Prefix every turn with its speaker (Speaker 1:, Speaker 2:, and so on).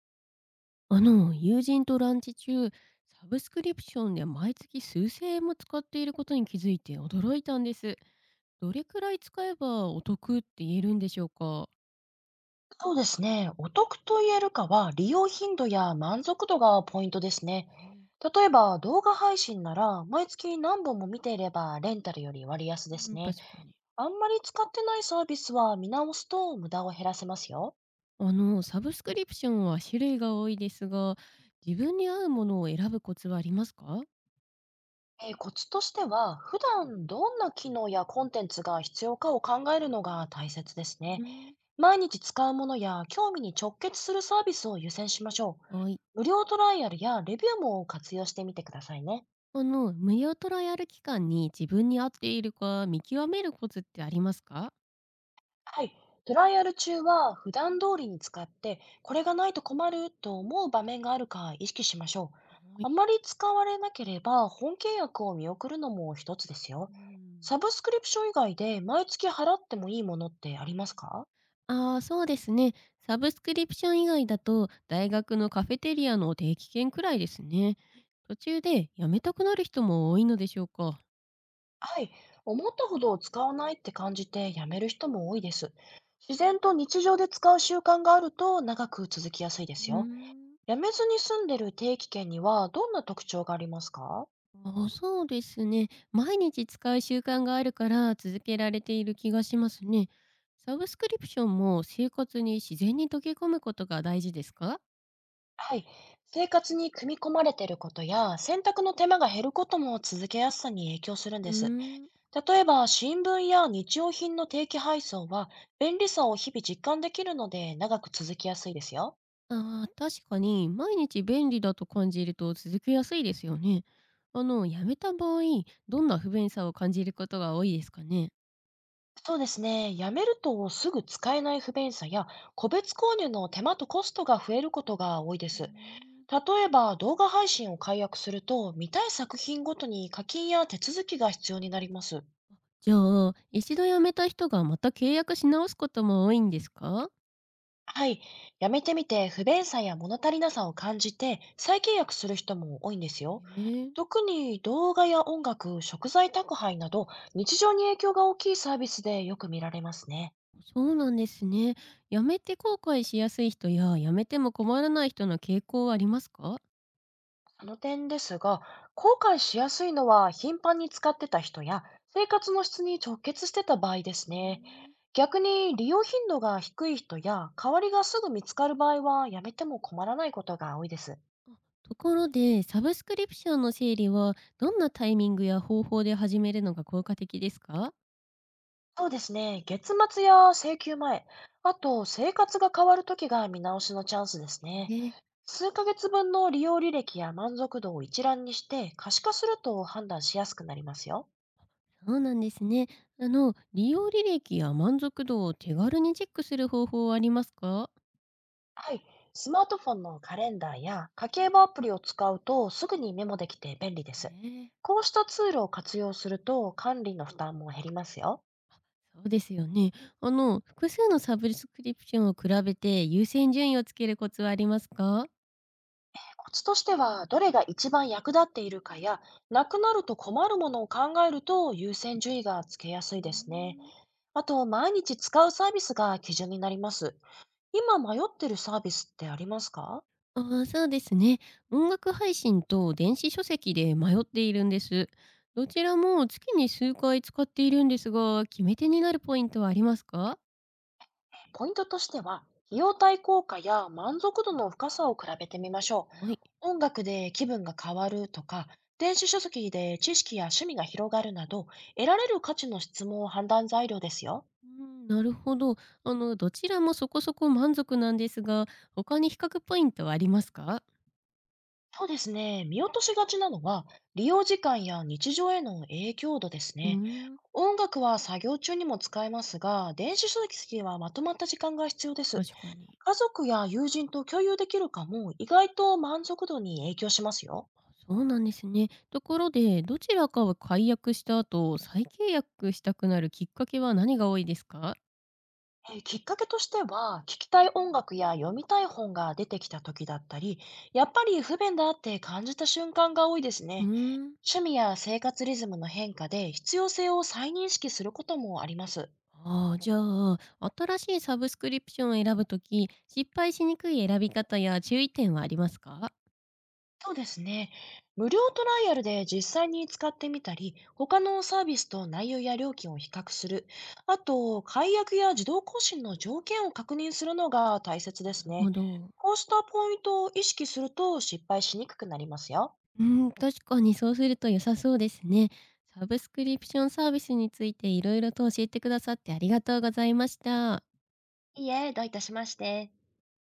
Speaker 1: 友人とランチ中、サブスクリプションで毎月数千円も使っていることに気づいて驚いたんです。どれくらい使えばお得って言えるんでしょうか？
Speaker 2: そうですね。お得と言えるかは、利用頻度や満足度がポイントですね。
Speaker 1: えー。
Speaker 2: 例えば、動画配信なら、毎月何本も見ていれば、レンタルより割安で
Speaker 1: う
Speaker 2: す
Speaker 1: ん、
Speaker 2: ね。
Speaker 1: 確かに。
Speaker 2: あんまり使ってないサービスは見直すと無駄を減らせますよ。
Speaker 1: サブスクリプションは種類が多いですが、自分に合うものを選ぶコツはありますか？
Speaker 2: コツとしては、普段どんな機能やコンテンツが必要かを考えるのが大切です
Speaker 1: う
Speaker 2: ね。
Speaker 1: ん。
Speaker 2: 毎日使うものや興味に直結するサービスを優先しましょう。
Speaker 1: はい。
Speaker 2: 無料トライアルやレビューも活用してみてくださいね。
Speaker 1: 無料トライアル期間に自分に合っているか見極めるコツってありますか？
Speaker 2: はい。トライアル中は普段通りに使って、これがないと困ると思う場面があるか意識しましょう。
Speaker 1: は
Speaker 2: あ
Speaker 1: い。
Speaker 2: まり使われなければ本契約を見送るのも一つですよ。
Speaker 1: うん。
Speaker 2: サブスクリプション以外で毎月払ってもいいものってありますか？
Speaker 1: ああ、そうですね。サブスクリプション以外だと、大学のカフェテリアの定期券くらいですね。途中でやめたくなる人も多いのでしょうか。
Speaker 2: はい。思ったほど使わないって感じてやめる人も多いです。自然と日常で使う習慣があると長く続きやすいで
Speaker 1: う
Speaker 2: す
Speaker 1: ー
Speaker 2: よ。
Speaker 1: ん。
Speaker 2: やめずに住んでる定期券にはどんな特徴がありますか？
Speaker 1: あ、そうですね。毎日使う習慣があるから続けられている気がしますね。サブスクリプションも生活に自然に溶け込むことが大事ですか？
Speaker 2: はい。生活に組み込まれていることや、洗濯の手間が減ることも続けやすさに影響するん
Speaker 1: うー
Speaker 2: です。
Speaker 1: ん。
Speaker 2: 例えば、新聞や日用品の定期配送は、便利さを日々実感できるので、長く続きやすいですよ。
Speaker 1: ああ、確かに毎日便利だと感じると続けやすいですよね。やめた場合、どんな不便さを感じることが多いですかね。
Speaker 2: そうですね。やめるとすぐ使えない不便さや、個別購入の手間とコストが増えることが多いで
Speaker 1: うー
Speaker 2: す。
Speaker 1: ん。
Speaker 2: 例えば、動画配信を解約すると、見たい作品ごとに課金や手続きが必要になります。
Speaker 1: じゃあ、一度辞めた人がまた契約し直すことも多いんですか？
Speaker 2: はい。やめてみて、不便さや物足りなさを感じて、再契約する人も多いんですよ。
Speaker 1: ええ。
Speaker 2: 特に動画や音楽、食材宅配など、日常に影響が大きいサービスでよく見られますね。
Speaker 1: そうなんですね。辞めて後悔しやすい人や辞めても困らない人の傾向はありますか？
Speaker 2: その点ですが、後悔しやすいのは頻繁に使ってた人や、生活の質に直結してた場合です
Speaker 1: うー
Speaker 2: ね。
Speaker 1: ん。
Speaker 2: 逆に利用頻度が低い人や、代わりがすぐ見つかる場合は、やめても困らないことが多いです。
Speaker 1: あ、ところで、サブスクリプションの整理はどんなタイミングや方法で始めるのが効果的ですか？
Speaker 2: そうですね。月末や請求前、あと生活が変わるときが見直しのチャンスです
Speaker 1: え
Speaker 2: ね。
Speaker 1: え、
Speaker 2: 数ヶ月分の利用履歴や満足度を一覧にして可視化すると判断しやすくなりますよ。
Speaker 1: そうなんですね。利用履歴や満足度を手軽にチェックする方法はありますか？
Speaker 2: はい。スマートフォンのカレンダーや家計簿アプリを使うとすぐにメモできて便利です。
Speaker 1: ええ、
Speaker 2: こうしたツールを活用すると管理の負担も減りますよ。
Speaker 1: そうですよね。複数のサブスクリプションを比べて優先順位をつけるコツはありますか？
Speaker 2: コツとしては、どれが一番役立っているかや、なくなると困るものを考えると優先順位がつけやす
Speaker 1: う
Speaker 2: い
Speaker 1: ー
Speaker 2: ですね。
Speaker 1: ん。
Speaker 2: あと、毎日使うサービスが基準になります。今迷ってるサービスってありますか？
Speaker 1: ああ、そうですね。音楽配信と電子書籍で迷っているんです。どちらも月に数回使っているんですが、決め手になるポイントはありますか？
Speaker 2: ポイントとしては、費用対効果や満足度の深さを比べてみましょ
Speaker 1: はい。
Speaker 2: う。音楽で気分が変わるとか、電子書籍で知識や趣味が広がるなど、得られる価値の質問を判断材料ですよ。
Speaker 1: うん、なるほど。どちらもそこそこ満足なんですが、他に比較ポイントはありますか？
Speaker 2: そうですね。見落としがちなのは、利用時間や日常への影響度です
Speaker 1: うー
Speaker 2: ね。
Speaker 1: ん、
Speaker 2: 音楽は作業中にも使えますが、電子書籍はまとまった時間が必要です。
Speaker 1: 確かに。
Speaker 2: 家族や友人と共有できるかも、意外と満足度に影響しますよ。
Speaker 1: あ、そうなんですね。ところで、どちらかを解約した後、再契約したくなるきっかけは何が多いですか？
Speaker 2: きっかけとしては、聞きたい音楽や読みたい本が出てきた時だったり、やっぱり不便だって感じた瞬間が多いです
Speaker 1: う
Speaker 2: ね。
Speaker 1: ーん。
Speaker 2: 趣味や生活リズムの変化で必要性を再認識することもあります。
Speaker 1: ああ、じゃあ、新しいサブスクリプションを選ぶとき失敗しにくい選び方や注意点はありますか？
Speaker 2: そうですね。無料トライアルで実際に使ってみたり、他のサービスと内容や料金を比較する、あと、解約や自動更新の条件を確認するのが大切で
Speaker 1: な
Speaker 2: す
Speaker 1: る
Speaker 2: ね。
Speaker 1: ほど。
Speaker 2: こうしたポイントを意識すると失敗しにくくなりますよ。
Speaker 1: うん、確かにそうすると良さそうですね。サブスクリプションサービスについていろいろと教えてくださってありがとうございました。
Speaker 2: いいえ、どういたしまして。